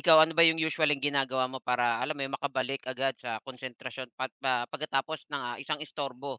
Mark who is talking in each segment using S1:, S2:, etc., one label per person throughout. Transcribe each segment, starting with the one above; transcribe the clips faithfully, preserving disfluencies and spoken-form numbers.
S1: Ikaw, ano ba yung usual usually ginagawa mo para alam mo yun, makabalik agad sa konsentrasyon pat pa pagkatapos ng, ah, isang istorbo?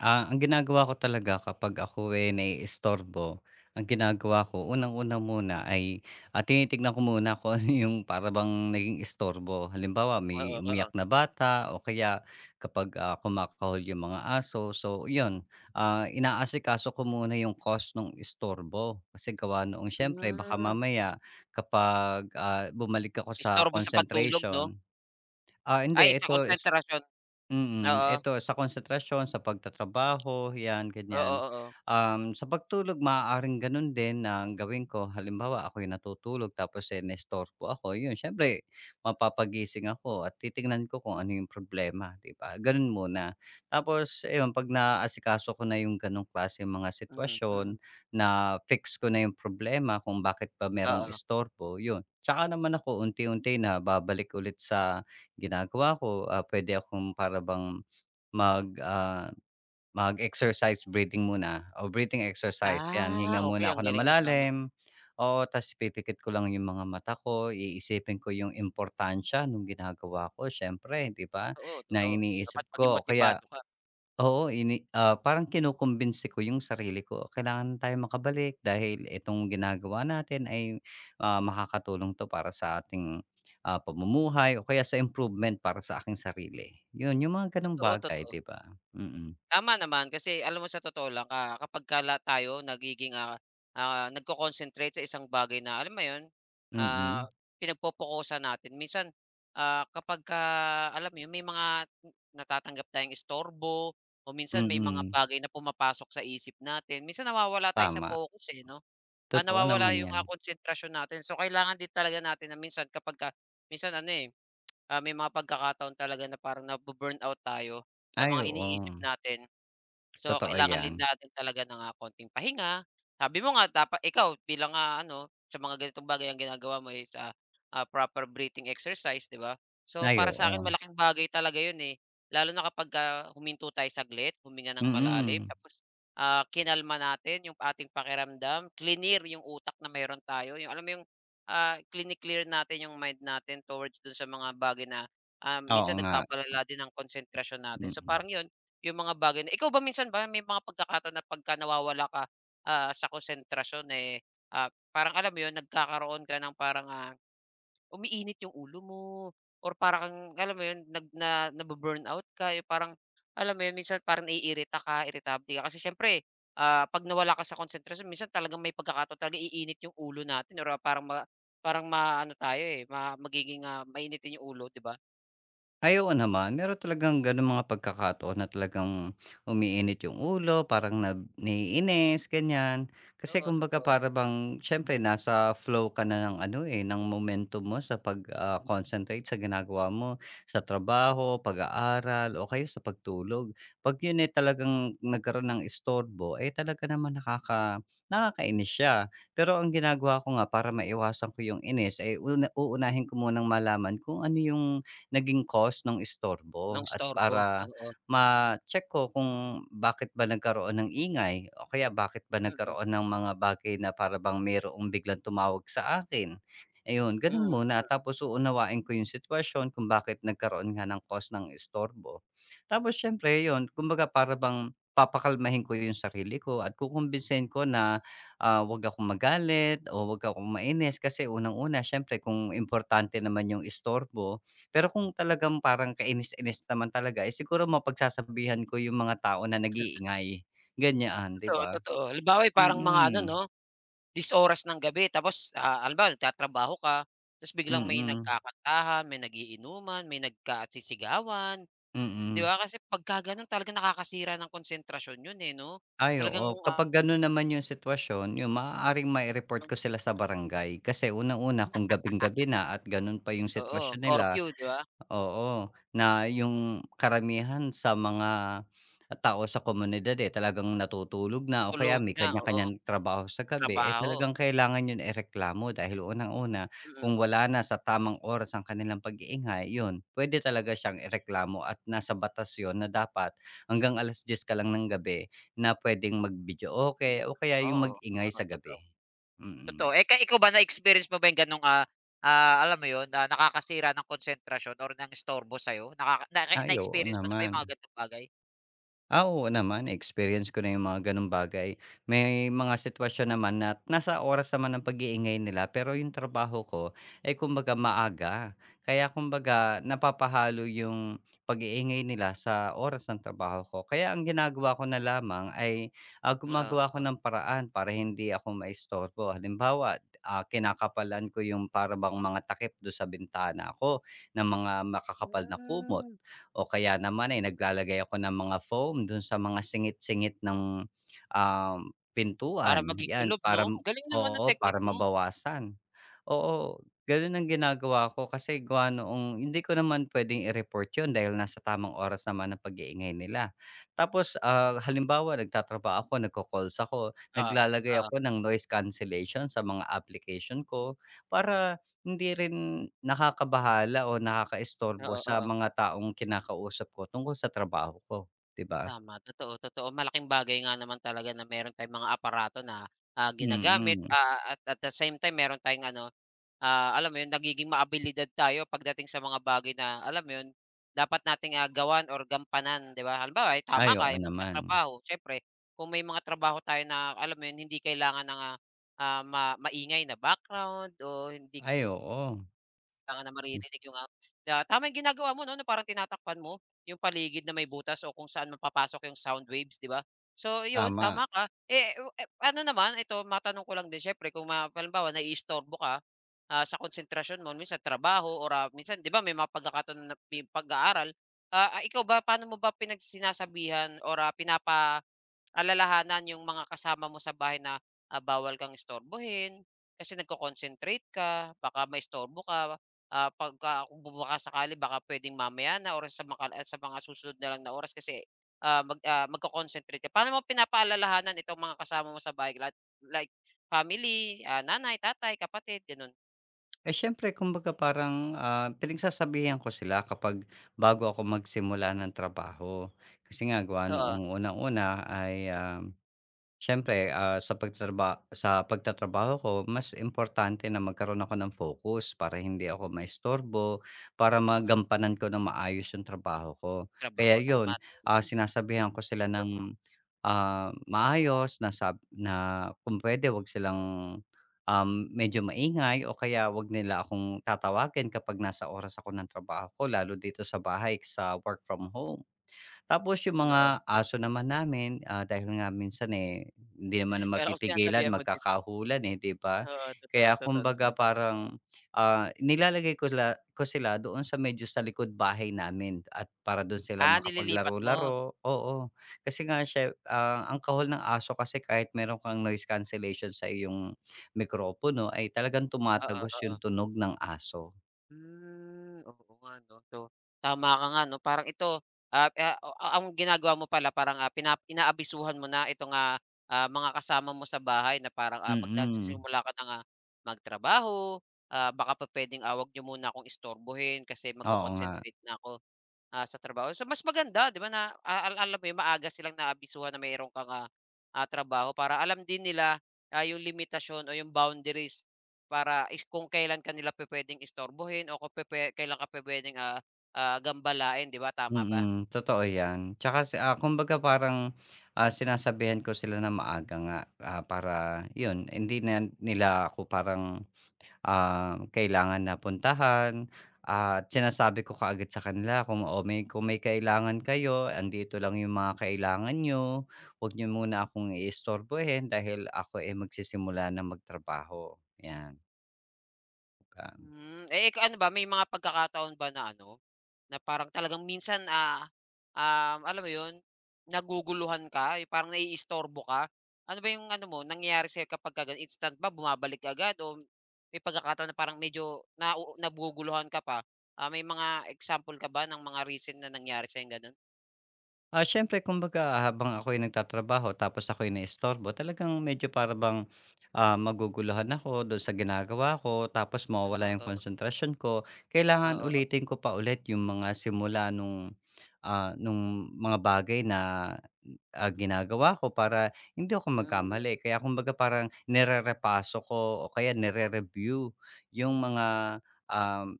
S2: Ah, ang ginagawa ko talaga kapag ako, eh, naiistorbo, ang ginagawa ko unang-una muna ay, ah, tinitignan ko muna kung ano yung para bang naging istorbo. Halimbawa may
S1: Oo,
S2: umiyak
S1: oo.
S2: na bata o kaya kapag, ah, kumakahol yung mga aso. So yun, ah, inaasikaso ko muna yung cause ng istorbo. Kasi gawa noong siyempre baka
S1: Hmm,
S2: mamaya kapag, ah, bumalik ako sa
S1: Istorbo sa pagtulog 'no?
S2: concentration ah,
S1: Ay,
S2: hindi
S1: sa
S2: ito is
S1: konsentrasyon.
S2: Mm,
S1: Oo.
S2: eto sa konsentrasyon, sa pagtatrabaho, 'yan
S1: Oo,
S2: ganyan.
S1: oo. Oo.
S2: Um, sa pagtulog maaaring gano'n din ang gawin ko. Halimbawa ako'y natutulog tapos, eh, naistorbo ako, 'yun siyempre mapapagising ako at titingnan ko kung ano yung problema, 'di ba? Gano'n muna. Tapos ayun 'pag naaasikaso ko na yung gano'ng klase mga
S1: Mm, mm,
S2: sitwasyon,
S1: mm.
S2: na fix ko na yung problema kung bakit pa merong
S1: Oo.
S2: istorbo, 'yun. Tsaka naman ako unti-unti na babalik ulit sa ginagawa ko, ah, puwede akong para bang mag, ah, mag-exercise breathing muna o breathing exercise, 'yan.
S1: Ah,
S2: Hinga
S1: okay,
S2: muna
S1: ang
S2: ako na
S1: galing niyan, tama.
S2: malalim, o ta's ipipikit ko lang yung mga mata ko, iisipin ko yung importansya nung ginagawa ko siyempre, 'di ba,
S1: Oo,
S2: na
S1: totoo.
S2: iniisip
S1: Dapat maging
S2: ko o kaya.
S1: motibado ka.
S2: Oo, ini ah, parang kinukumbinsi ko yung sarili ko, kailangan tayong makabalik dahil itong ginagawa natin ay, ah, makakatulong 'to para sa ating, ah, pamumuhay o kaya sa improvement para sa aking sarili. 'Yun, yung mga gano'ng
S1: Totoo,
S2: bagay,
S1: totoo.
S2: 'di ba? Mm,
S1: Tama naman kasi alam mo sa totoo lang, ah, kapag la tayo nagiging, ah, ah, nagko-concentrate sa isang bagay na alam mo 'yun,
S2: mm,
S1: ah, pinagpopokusan natin minsan, ah, kapag ka alam mo 'yun may mga natatanggap tayong istorbo o minsan may mga
S2: mm,
S1: bagay na pumapasok sa isip natin, minsan nawawala tayo sa
S2: tama.
S1: focus, eh, 'no? Ah,
S2: Totoo
S1: nawawala
S2: naman
S1: yung,
S2: 'yan.
S1: ah, konsentrasyon natin, so kailangan din talaga natin na minsan kapag ka minsan ano, eh. Ah, may mga pagkakataon talaga na parang nabu-burnout tayo sa
S2: Ay,
S1: mga
S2: oo.
S1: iniisip natin. So,
S2: Totoo
S1: kailangan din
S2: 'yan.
S1: natin talaga ng, ah, konting pahinga. Sabi mo nga, dapa ikaw bilang, ah, ano, sa mga ganitong bagay ang ginagawa mo is, ah, ah, proper breathing exercise, 'di ba? So,
S2: Ay,
S1: para sa akin
S2: oo.
S1: malaking bagay talaga 'yun, eh, lalo na kapag kapagka huminto tayo saglit, huminga ng malalim,
S2: Mm.
S1: tapos, ah, kinalma natin yung ating pakiramdam, klinear yung utak na mayroon tayo, yung alam mo yung. Ah, kline-clear natin yung mind natin towards dun sa mga bagay na, ah,
S2: Oo
S1: minsan
S2: nga.
S1: nagpapalala din ng konsentrasyon natin. So,
S2: Mm.
S1: parang yun, yung mga bagay na ikaw ba minsan ba may mga pagkakataon na pagka nawawala ka, ah, sa konsentrasyon, eh, ah, parang alam mo yun nagkakaroon ka ng parang, ah, umiinit yung ulo mo or parang alam mo yun nag na nabu-burnout ka, yung parang alam mo yun minsan parang naiirita ka, iritable ka. Kasi siyempre, ah, 'pag nawala ka sa konsentrasyon, minsan talagang may pagkakataon talaga iinit yung ulo natin or parang ma parang maano tayo, eh, ma magiging, ah, mainitin yung ulo, 'di ba?
S2: Ay, oo naman. Meron talagang gano'ng mga pagkakataon na talagang umiinit yung ulo, parang na naiinis, ganyan. Kasi
S1: Oo,
S2: kumbaga
S1: totoo,
S2: para bang siyempre nasa flow ka na ng ano eh, ng momentum mo sa pag-concentrate sa ginagawa mo, sa trabaho, pag-aaral, o kaya sa pagtulog. Pag yun eh talagang nagkaroon ng istorbo, eh talaga naman nakaka, nakakainis siya. Pero ang ginagawa ko nga para maiwasan ko yung inis, eh una, uunahin ko munang malaman kung ano yung naging cause ng
S1: ng
S2: istorbo at
S1: istorbo,
S2: para
S1: oo.
S2: ma-check ko kung bakit ba nagkaroon ng ingay o kaya bakit ba
S1: Mm, mm,
S2: nagkaroon ng mga bagay na para bang mayroong biglang tumawag sa akin. Ayun, ganun
S1: mm,
S2: muna tapos uunawain ko yung sitwasyon kung bakit nagkaroon nga ng cause ng istorbo. Tapos siyempre yun, kumbaga para bang papakalmahin ko yung sarili ko at kukumbinsihin ko na, ah, huwag akong magalit o huwag akong mainis kasi unang-una siyempre kung importante naman yung istorbo, pero kung talagang parang kainis-inis naman talaga, eh, siguro mapagsasabihan ko yung mga tao na nag-iingay, ganyan, 'di
S1: totoo,
S2: ba?
S1: totoo. Halimbawa, yung parang mga ano
S2: Mm,
S1: 'no, this oras ng gabi, tapos, ah, halimbawa nagtatrabaho ka, tapos biglang may
S2: mm,
S1: nagkakantahan, may nagiinuman, may nagkasisigawan, 'di
S2: mm.
S1: ba? Kasi pagka gano'n talagang nakakasira ng konsentrasyon 'yun, eh, 'no?
S2: Ay,
S1: Talagang,
S2: oo. Kapag
S1: ah,
S2: gano'n naman yung sitwasyon, yun maaaring mai-report ko sila sa barangay. Kasi unang-una kung gabing-gabi na at gano'n pa yung
S1: oo,
S2: sitwasyon nila.
S1: curfew, 'di ba?
S2: Oo, na yung karamihan sa mga tao sa komunidad, eh, talagang natutulog na o kaya
S1: Tulog
S2: may
S1: na, oo,
S2: kanya-kanyang trabaho sa gabi, eh,
S1: trabaho,
S2: talagang kailangan yun ireklamo dahil unang-una,
S1: mm,
S2: kung wala na sa tamang oras ang kanilang pag-iingay, yun, pwede talaga siyang ireklamo at nasa batas yun na dapat hanggang alas diyes ka lang ng gabi na pwedeng
S1: mm.
S2: mag-videoke o kaya yung
S1: Oo,
S2: mag-ingay
S1: oo,
S2: sa
S1: totoo.
S2: gabi.
S1: Totoo.
S2: Mm.
S1: Eh, ka ikaw ba na-experience mo ba yung ganong, ah, ah, alam mo yun, na nakakasira ng konsentrasyon or ng istorbo sa'yo? Nakaka na
S2: Ay, oo
S1: na-experience mo na ba yung mga
S2: naman.
S1: ganong bagay?
S2: Ah, oo naman, experience ko na yung mga gano'ng bagay. May mga sitwasyon naman na nasa oras naman ng pag-iingay nila pero yung trabaho ko ay kumbaga maaga. Kaya kumbaga napapahalo yung pag-iingay nila sa oras ng trabaho ko. Kaya ang ginagawa ko na lamang ay, ah,
S1: Oo,
S2: gumagawa ako
S1: oo.
S2: ng paraan para hindi ako maistorbo. Halimbawa, ah, kinakapalan ko yung para mga takip do'n sa bintana ko ng mga makakapal na kumot
S1: Hmm,
S2: o kaya naman ay naglalagay ako ng mga foam dun sa mga singit-singit ng, um,
S1: Para
S2: pintuan,
S1: maging
S2: 'yan
S1: kulob 'no?
S2: para
S1: Ang galing naman
S2: oo,
S1: ng
S2: para
S1: technique mo.
S2: mabawasan. Oo, ganun ang ginagawa ko kasi gawa noong hindi ko naman puwedeng i-report yun dahil nasa tamang oras naman ang pag-iingay nila. Tapos, ah, halimbawa nagtatrabaho ako, nagko-calls ako,
S1: Oo,
S2: naglalagay
S1: oo.
S2: ako ng noise cancellation sa mga application ko para hindi rin nakakabahala o nakakaistorbo
S1: Oo,
S2: sa
S1: oo.
S2: mga taong kinakausap ko tungkol sa trabaho ko, 'di ba?
S1: Tama, totoo, totoo. Malaking bagay nga naman talaga na meron tayong mga aparato na, ah, ginagamit,
S2: Mm.
S1: ah, at at the same time meron tayong ano, ah, alam mo 'yun, nagiging maabilidad tayo pagdating sa mga bagay na, alam mo 'yun, dapat nating, ah, gawan or gampanan, 'di ba? Halimbawa, eh,
S2: Ay,
S1: tama
S2: oo
S1: ka yung
S2: naman.
S1: pagtatrabaho, siyempre kung may mga trabaho tayo na, alam mo 'yun, hindi kailangan ng, ah, ah, ma maingay na background, o hindi
S2: Ay, oo,
S1: kailangan na maririnig yung, ah, na tama yung ginagawa mo 'no, na parang tinatakpan mo yung paligid na may butas o kung saan man papasok yung sound waves, 'di ba? So yun,
S2: tama.
S1: tama ka. Eh, o eh, ano naman, ito matanong ko lang din siyempre kung ma halimbawa naiistorbo ka, ah, sa konsentrasyon mo minsan trabaho or, ah, minsan 'di ba may mga pagkakataon na pi pag-aaral, ah, ah, ikaw ba paano mo ba pinag sinasabihan or, ah, pinapaalalahanan yung mga kasama mo sa bahay na, ah, bawal kang istorbohin kasi nagko-concentrate ka, baka maistorbo ka? Ah, pagka Kung baka sakali baka puwedeng mamaya na or sa maka sa mga susunod na lang na oras kasi, ah, mag ah, magko-concentrate ka. Paano mo pinapaalalahanan itong mga kasama mo sa bahay like like family, ah, nanay, tatay, kapatid, gano'n?
S2: Eh, siyempre kumbaga parang, ah, pinagsasabihan ko sila kapag bago ako magsimula ng trabaho. Kasi nga gawa
S1: Oo,
S2: noong unang-una ay, ah siyempre, ah, sa pagtraba sa pagtatrabaho ko mas importante na magkaroon ako ng focus para hindi ako maistorbo, para
S1: mm,
S2: magampanan ko ng maayos yung trabaho ko. Kaya
S1: trabaho, tama,
S2: yun,
S1: tama.
S2: ah, sinasabihan ko sila ng, ah, maayos na sab na kung puwede 'wag silang, um, medyo maingay o kaya 'wag nila akong tatawagin kapag nasa oras ako ng trabaho ko lalo dito sa bahay sa work from home. Tapos yung
S1: Oo,
S2: mga aso naman namin, ah, dahil nga minsan, eh, hindi naman na
S1: pero kung
S2: mapipigilan
S1: sinasabihan mo din,
S2: magkakahulan, eh, 'di ba?
S1: oo, totoo,
S2: Kaya
S1: totoo
S2: kumbaga
S1: naman.
S2: parang, ah, nilalagay ko la ko sila doon sa medyo sa likod bahay namin at para do'n sila
S1: Ah, nililipat mo?
S2: makapaglaro-laro, oo. Kasi nga siye ah, ang kahol ng aso kasi kahit meron kang noise cancellation sa iyong mikropono ay talagang
S1: Oo,
S2: tumatagos yung
S1: oo.
S2: tunog ng aso.
S1: Hmm, oo nga 'no. So, tama ka nga 'no, parang ito, ah, ah, ah, ang ginagawa mo pala parang, ah, pina inaabisuhan mo na itong, ah, ah, mga kasama mo sa bahay na parang, ah,
S2: Mm,
S1: magsisimula ka na nga magtrabaho, ah, baka pa puwedeng, ah, 'wag niyo muna akong istorbohin kasi
S2: oo nga.
S1: magko-concentrate na ako. Ah, sa trabaho. So, mas maganda 'di ba na, a al alam mo 'yun, maaga silang naabisuhan na mayro'n kang, ah, ah, trabaho para alam din nila, ah, 'yung limitasyon o 'yung boundaries para is kung kailan kanila nila istorbohin o kung pupuwe kailan ka pupuwedeng, ah, ah, gambalain, 'di ba, tama ba?
S2: Mm, totoo 'yan. Tsaka si ah, kumbaga parang, ah, sinasabihan ko sila na maaga nga, ah, para 'yun hindi na nila ako parang, ah, kailangan na puntahan. Ah, at sinasabi ko kaagad sa kanila kung, "Oh, may kung may kailangan kayo, andito lang yung mga kailangan niyo. Huwag niyo muna akong iistorbohin dahil ako, eh, magsisimula na magtrabaho." 'Yan, ah.
S1: Hmm, eh, ikaw ano ba may mga pagkakataon ba na ano, na parang talagang minsan, ah, um, alam mo yun, naguguluhan ka, yung parang naiistorbo ka? Ano ba yung ano mo, nangyayari sa'yo kapagka ganun, instant ba bumabalik ka agad o may pagkakataon na parang medyo nau naguguluhan ka pa? Ah, may mga example ka ba ng mga recent na nangyari sa'yong ganun?
S2: Ah, siyempre kumbaga habang ako'y nagtatrabaho tapos ako'y naistorbo talagang medyo para bang, ah, maguguluhan ako do'n sa ginagawa ko tapos mawawala
S1: Ano,
S2: yung
S1: oo,
S2: konsentrasyon ko.
S1: oo,
S2: Kailangan
S1: oo.
S2: ulitin ko pa ulit yung mga simula nung, ah, nung mga bagay na, ah, ginagawa ko para hindi ako
S1: Hmm,
S2: magkamali. Kaya kumbaga parang nirerepaso ko o kaya nire-review yung mga, um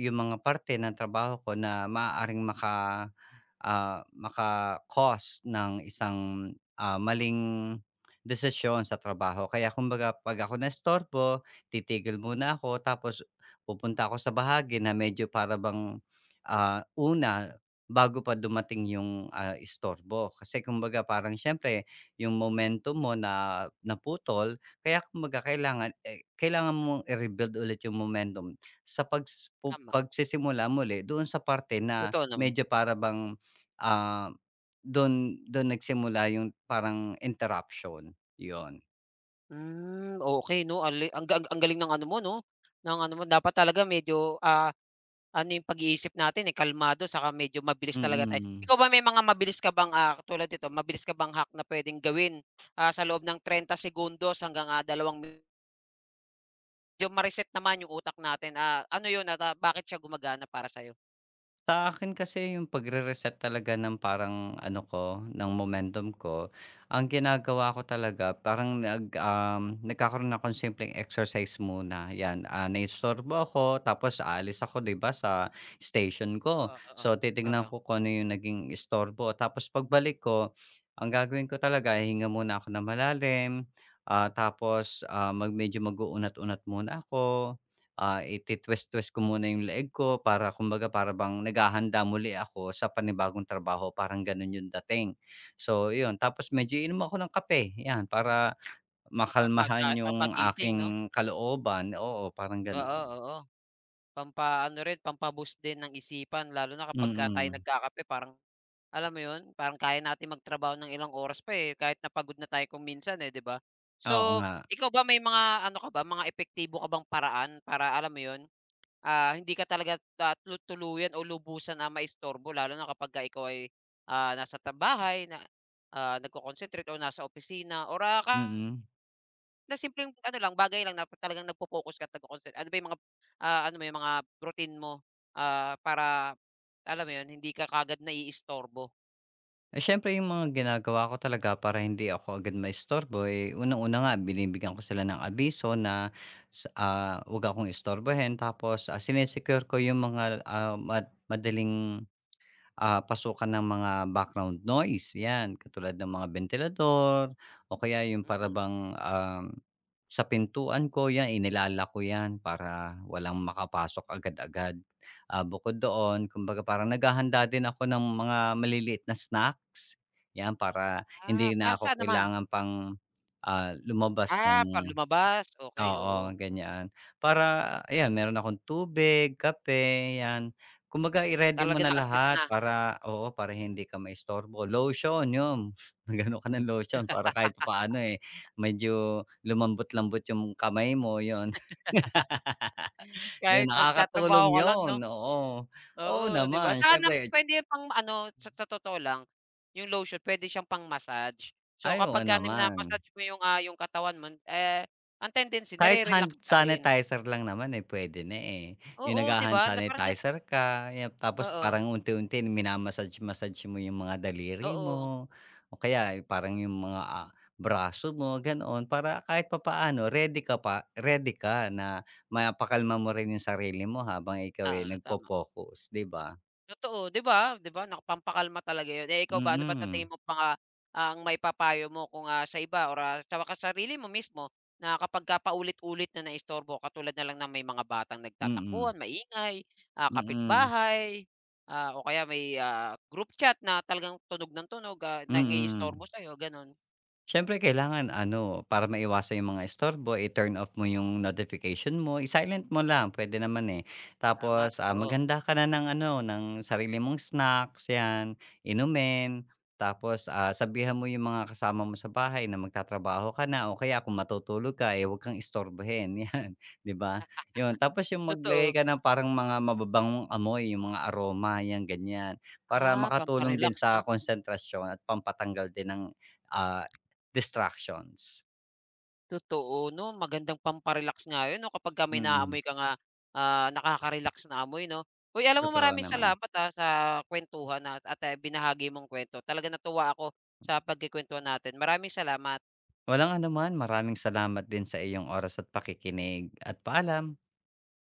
S2: yung mga parte ng trabaho ko na maaaring maka ah, maka-cause ng isang, ah, maling desisyon sa trabaho. Kaya kumbaga 'pag ako naistorbo, titigil muna ako tapos pupunta ako sa bahagi na medyo para bang, ah, una bago pa dumating yung, ah, istorbo. Kasi kumbaga parang siyempre yung momentum mo na naputol kaya kumbaga kailangan, eh, kailangan mong i-rebuild ulit yung momentum. Sa pags pu
S1: tama,
S2: pagsisimula muli doon sa parte na
S1: totoo naman.
S2: medyo para bang, ah, dun dun nagsimula yung parang interruption, yun.
S1: Hmm, okey 'no, ale ang ga ang galing ng ano mo 'no, ng ano mo dapat talaga medyo, ah, ano yung pag-iisip natin, eh, kalmado saka medyo mabilis talaga tayo.
S2: Mm.
S1: Ikaw ba may mga mabilis ka bang, ah, tulad nito, mabilis ka bang hack na puwedeng gawin, ah, sa loob ng trenta segundos hanggang, ah, dalawang medyo ma-reset naman yung utak natin, ah, ano yun at, ah, bakit siya gumagana para sa'yo?
S2: Sa akin kasi yung pagre-reset talaga ng parang ano ko, ng momentum ko, ang ginagawa ko talaga parang nag, um, nagkakaroon ako ng simpleng exercise muna. Yan, ah, naistorbo ako, tapos aalis ako, di ba, sa station ko.
S1: Oo, oo,
S2: So, titignan
S1: oo.
S2: ko kung ano yung naging istorbo. Tapos pagbalik ko, ang gagawin ko talaga, hinga muna ako na malalim, ah, tapos ah, mag, medyo mag-uunat-unat muna ako, Ah, ititwist-twist ko muna yung leeg ko para kumbaga para bang naghahanda muli ako sa panibagong trabaho, parang gano'n yung dating. So, yun tapos medyo iinom ako ng kape, 'yan para
S1: Ah, pampaga
S2: makalmahan yung
S1: pampagising 'no?
S2: aking kalooban, oo, parang ganoon.
S1: Oo, oo. Pampaano rin, pampa din ng isipan, lalo na kapagka tayo
S2: Mm,
S1: nagkakape, parang alam mo 'yun, parang kaya natin magtrabaho ng ilang oras pa, eh, kahit napagod na tayo kung minsan, eh, 'di ba?
S2: oo
S1: So,
S2: nga,
S1: ikaw ba may mga ano ka ba, mga epektibo ka bang paraan para alam mo 'yun, ah, hindi ka talaga, ah, tu tuluyan o lubusan na maistorbo lalo na kapagka ikaw ay, ah, nasa ta bahay na, ah, nagko-concentrate o nasa opisina or, ah, ka
S2: mm.
S1: na simpleng ano lang, bagay lang na talagang nagpo-focus ka at nagko-consen ano ba yung mga, ah, ano mo yung mga routine mo, ah, para alam mo yun, hindi ka kaagad naiistorbo?
S2: Eh, siyempre yung mga ginagawa ko talaga para hindi ako agad maistorbo, eh, unang-una nga binibigyan ko sila ng abiso na sa ah, 'wag akong istorbohin tapos, ah, sine ko yung mga, ah, ma madaling ah, pasukan ng mga background noise, 'yan. Katulad ng mga ventilador. O kaya yung para
S1: Mm.
S2: um, sa pintuan ko 'yan, inilala ko 'yan para walang makapasok agad-agad. Ah, bukod doon, kumbaga parang naghahanda din ako ng mga maliliit na snacks, 'yan, para hindi
S1: Ah,
S2: na
S1: para
S2: ako
S1: saan naman?
S2: kailangan pang, ah, lumabas
S1: Ah, para
S2: ng.
S1: lumabas, okey, oo.
S2: Oo, ganyan. Para ayan meron akong tubig, kape, 'yan. Kumbaga i-ready mo
S1: Talaga,
S2: na
S1: naka-set
S2: lahat
S1: na.
S2: para oo, para hindi ka maistorbo. Lotion, 'yun, magano ano ka ng lotion para kahit paano eh, medyo lumambot-lambot yung kamay mo, 'yun. 'Yun,
S1: Kahit
S2: nakakatulong
S1: nagtatrabaho ka lang
S2: 'yun,
S1: 'no?
S2: oo. Oo
S1: Oo, 'di ba?
S2: naman,
S1: Tsaka nam
S2: siyempre
S1: puwede pang ano, sa sa totoo lang, yung lotion puwede siyang pang-massage. So,
S2: ay,
S1: kapagka
S2: naman.
S1: mina-massage mo yung, ah, yung katawan mo, eh, ang tendency
S2: Kahit hand
S1: nare-relax ka din.
S2: sanitizer lang naman, eh, puwede na, eh. Yung
S1: Oo, 'di
S2: nagha-hand
S1: ba, na parang na,
S2: sanitizer ka, yan tapos
S1: oo.
S2: parang unti-unti minamassage-massage mo yung mga daliri mo
S1: Oo,
S2: o kaya parang yung mga, ah, braso mo ganoon para kahit papaano ready ka pa ready ka na mapakalma mo rin yung sarili mo habang ikaw, eh,
S1: oo, tama.
S2: nagfo-focus, 'di ba?
S1: Totoo, 'di ba? 'Di ba, nak talaga 'yun. Eh, ikaw ba, ano ba sa
S2: Mm,
S1: tingin mo pa nga, ah, ang maipapayo mo kung, ah, sa iba or, ah, sa wakas sarili mo mismo na kapagka paulit-ulit na naistorbo, katulad na lang ng may mga batang
S2: mm,
S1: nagtatakbuhan, maingay, ah,
S2: mm,
S1: kapitbahay, ah, o kaya may, ah, group chat na talagang tunog ng tunog, ah,
S2: mm.
S1: nangiistorbo sa'yo, gano'n?
S2: Siyempre kailangan ano, para maiwasan yung mga istorbo, i-turn off mo yung notification mo, i-silent mo lang pwede naman, eh.
S1: Tama,
S2: Tapos, ah,
S1: totoo.
S2: maghanda ka na ng ano, ng sarili mong snacks 'yan, inumin. Tapos, ah, sabihan mo yung mga kasama mo sa bahay na magtatrabaho ka na o kaya kung matutulog ka, eh, huwag kang istorbohin, 'yan, 'di ba? 'Yun, tapos yung maglagay
S1: Totoo.
S2: ka ng parang mga mababangong amoy, yung mga aroma 'yan, ganiyan, para
S1: Ah, pampa
S2: makatulong din
S1: 'no?
S2: sa konsentrasyon at pampatanggal din ng, ah distractions.
S1: Totoo 'no, magandang pampa-relax nga yun 'no, kapagka may
S2: Mm,
S1: naaamoy ka nga, ah, nakaka-relax na amoy 'no. Uy, alam mo,
S2: totoo
S1: maraming
S2: naman.
S1: salamat, ah, sa kuwentuhan at at, ah, binahagi mong kwento. Talaga, natuwa ako sa pagkukuwentuhan natin. Maraming salamat.
S2: Walang anuman, maraming salamat din sa iyong oras at pakikinig at paalam.